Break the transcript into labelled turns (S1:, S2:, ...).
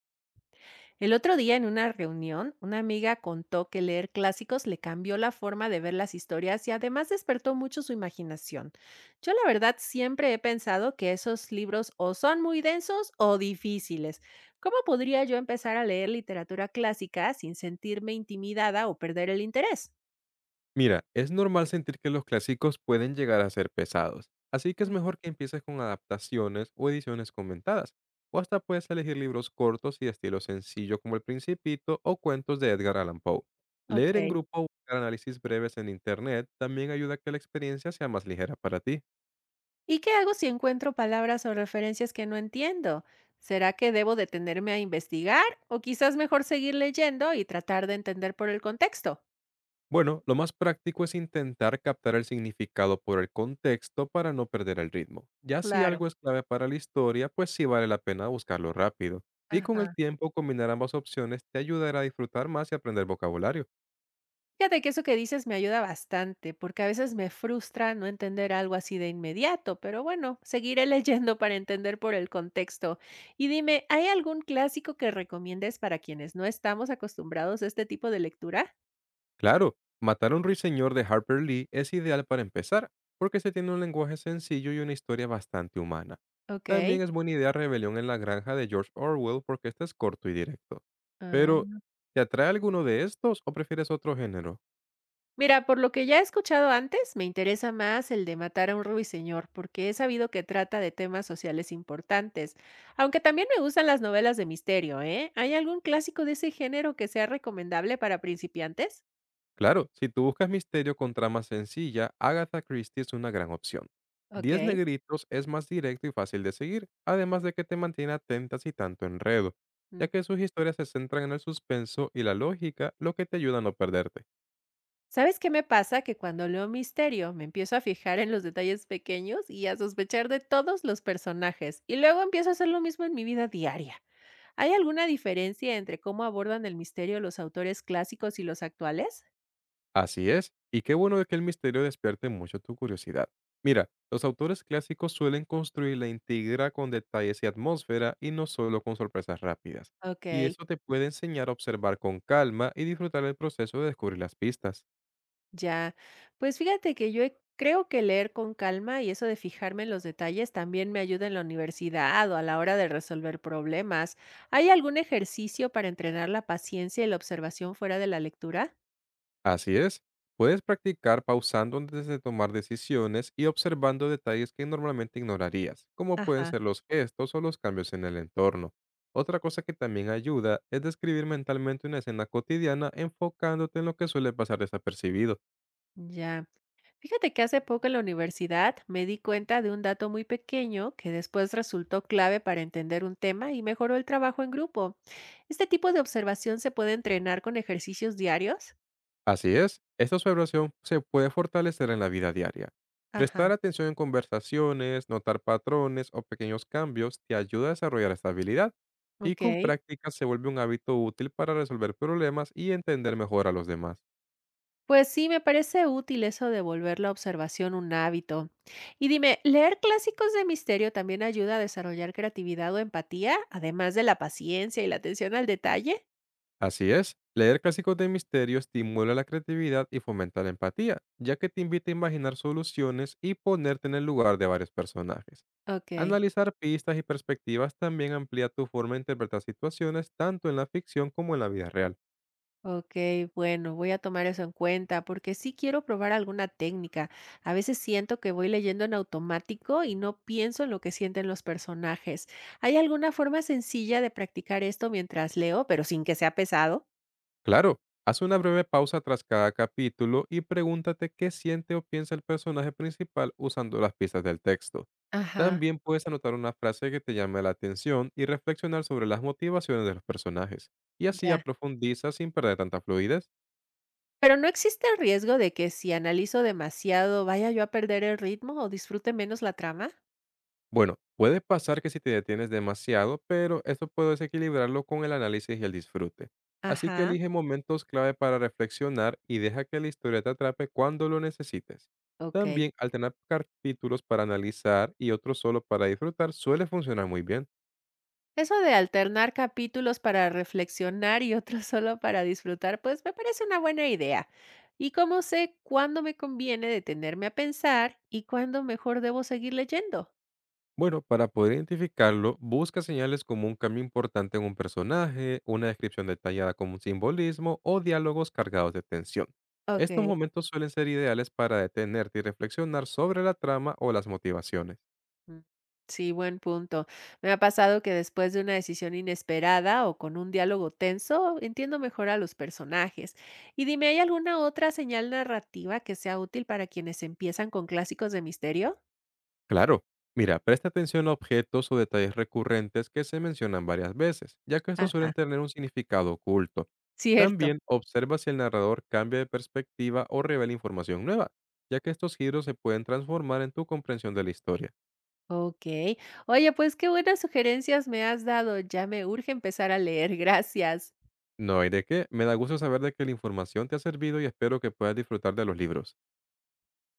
S1: El otro día en una reunión, una amiga contó que leer clásicos le cambió la forma de ver las historias y además despertó mucho su imaginación. Yo la verdad siempre he pensado que esos libros o son muy densos o difíciles. ¿Cómo podría yo empezar a leer literatura clásica sin sentirme intimidada o perder el interés?
S2: Mira, es normal sentir que los clásicos pueden llegar a ser pesados, así que es
S1: Mm.
S2: mejor que empieces con adaptaciones o ediciones comentadas, o hasta puedes elegir libros cortos y de estilo sencillo como El Principito o cuentos de Edgar Allan Poe.
S1: Ok.
S2: Leer en grupo o buscar análisis breves en Internet también ayuda a que la experiencia sea más ligera para ti.
S1: ¿Y qué hago si encuentro palabras o referencias que no entiendo? ¿Será que debo detenerme a investigar o quizás mejor seguir leyendo y tratar de entender por el contexto?
S2: Bueno, lo más práctico es intentar captar el significado por el contexto para no perder el ritmo. Ya si
S1: Claro.
S2: algo es clave para la historia, pues sí vale la pena buscarlo rápido. Y con el
S1: Ajá.
S2: tiempo, combinar ambas opciones te ayudará a disfrutar más y aprender vocabulario.
S1: Fíjate que eso que dices me ayuda bastante, porque a veces me frustra no entender algo así de inmediato, pero bueno, seguiré leyendo para entender por el contexto. Y dime, ¿hay algún clásico que recomiendes para quienes no estamos acostumbrados a este tipo de lectura?
S2: Claro, Matar a un ruiseñor de Harper Lee es ideal para empezar, porque se tiene un lenguaje sencillo y una historia bastante humana.
S1: Ok.
S2: También es buena idea Rebelión en la Granja de George Orwell porque este es corto y directo. Pero,
S1: Ah.
S2: ¿te atrae alguno de estos o prefieres otro género?
S1: Mira, por lo que ya he escuchado antes, me interesa más el de matar a un ruiseñor, porque he sabido que trata de temas sociales importantes. Aunque también me gustan las novelas de misterio, ¿eh? ¿Hay algún clásico de ese género que sea recomendable para principiantes?
S2: Claro, si tú buscas misterio con trama sencilla, Agatha Christie es una gran opción. Diez
S1: Ok.
S2: negritos es más directo y fácil de seguir, además de que te mantiene atenta sin tanto enredo, ya
S1: Mm.
S2: que sus historias se centran en el suspenso y la lógica, lo que te ayuda a no perderte.
S1: ¿Sabes qué me pasa? Que cuando leo misterio me empiezo a fijar en los detalles pequeños y a sospechar de todos los personajes, y luego empiezo a hacer lo mismo en mi vida diaria. ¿Hay alguna diferencia entre cómo abordan el misterio los autores clásicos y los actuales?
S2: Así es, y qué bueno de que el misterio despierte mucho tu curiosidad. Mira, los autores clásicos suelen construir la intriga con detalles y atmósfera, y no solo con sorpresas rápidas. Y
S1: Ok.
S2: eso te puede enseñar a observar con calma y disfrutar el proceso de descubrir las pistas.
S1: Ya, pues fíjate que creo que leer con calma y eso de fijarme en los detalles también me ayuda en la universidad o a la hora de resolver problemas. ¿Hay algún ejercicio para entrenar la paciencia y la observación fuera de la lectura?
S2: Así es. Puedes practicar pausando antes de tomar decisiones y observando detalles que normalmente ignorarías, como pueden
S1: Ajá.
S2: ser los gestos o los cambios en el entorno. Otra cosa que también ayuda es describir mentalmente una escena cotidiana enfocándote en lo que suele pasar desapercibido.
S1: Ya, fíjate que hace poco en la universidad me di cuenta de un dato muy pequeño que después resultó clave para entender un tema y mejoró el trabajo en grupo. ¿Este tipo de observación se puede entrenar con ejercicios diarios?
S2: Así es, esta observación se puede fortalecer en la vida diaria.
S1: Ajá.
S2: Prestar atención en conversaciones, notar patrones o pequeños cambios te ayuda a desarrollar esta habilidad, y con
S1: Ok.
S2: práctica se vuelve un hábito útil para resolver problemas y entender mejor a los demás.
S1: Pues sí, me parece útil eso de volver la observación un hábito. Y dime, ¿leer clásicos de misterio también ayuda a desarrollar creatividad o empatía, además de la paciencia y la atención al detalle?
S2: Así es, leer clásicos de misterio estimula la creatividad y fomenta la empatía, ya que te invita a imaginar soluciones y ponerte en el lugar de varios personajes.
S1: Ok,
S2: Analizar pistas y perspectivas también amplía tu forma de interpretar situaciones tanto en la ficción como en la vida real.
S1: ok, bueno, voy a tomar eso en cuenta porque sí quiero probar alguna técnica. A veces siento que voy leyendo en automático y no pienso en lo que sienten los personajes. ¿Hay alguna forma sencilla de practicar esto mientras leo, pero sin que sea pesado?
S2: Claro, haz una breve pausa tras cada capítulo y pregúntate qué siente o piensa el personaje principal usando las pistas del texto.
S1: Ajá.
S2: También puedes anotar una frase que te llame la atención y reflexionar sobre las motivaciones de los personajes. Y así ya
S1: Ya.
S2: profundiza sin perder tanta fluidez.
S1: Pero, ¿no existe el riesgo de que si analizo demasiado vaya yo a perder el ritmo o disfrute menos la trama?
S2: Bueno, puede pasar que si te detienes demasiado, pero eso puedes equilibrarlo con el análisis y el disfrute. Así que
S1: Ajá.
S2: elige momentos clave para reflexionar y deja que la historia te atrape cuando lo necesites.
S1: Okey.
S2: También alternar capítulos para analizar y otros solo para disfrutar suele funcionar muy bien.
S1: Eso de alternar capítulos para reflexionar y otros solo para disfrutar, pues, me parece una buena idea. ¿Y cómo sé cuándo me conviene detenerme a pensar y cuándo mejor debo seguir leyendo?
S2: Bueno, para poder identificarlo, busca señales como un cambio importante en un personaje, una descripción detallada como un simbolismo o diálogos cargados de tensión. Estos
S1: Ok.
S2: momentos suelen ser ideales para detenerte y reflexionar sobre la trama o las motivaciones.
S1: Mm, sí, buen punto. Me ha pasado que después de una decisión inesperada o con un diálogo tenso, entiendo mejor a los personajes. Y dime, ¿hay alguna otra señal narrativa que sea útil para quienes empiezan con clásicos de misterio?
S2: Claro, mira, presta atención a objetos o detalles recurrentes que se mencionan varias veces, ya que estos
S1: Ajá,
S2: suelen tener un significado oculto.
S1: cierto.
S2: También observa si el narrador cambia de perspectiva o revela información nueva, ya que estos giros se pueden transformar en tu comprensión de la historia.
S1: Ok. Oye, pues qué buenas sugerencias me has dado. Ya me urge empezar a leer. Gracias.
S2: No hay de qué. Me da gusto saber de que la información te ha servido y espero que puedas disfrutar de los libros.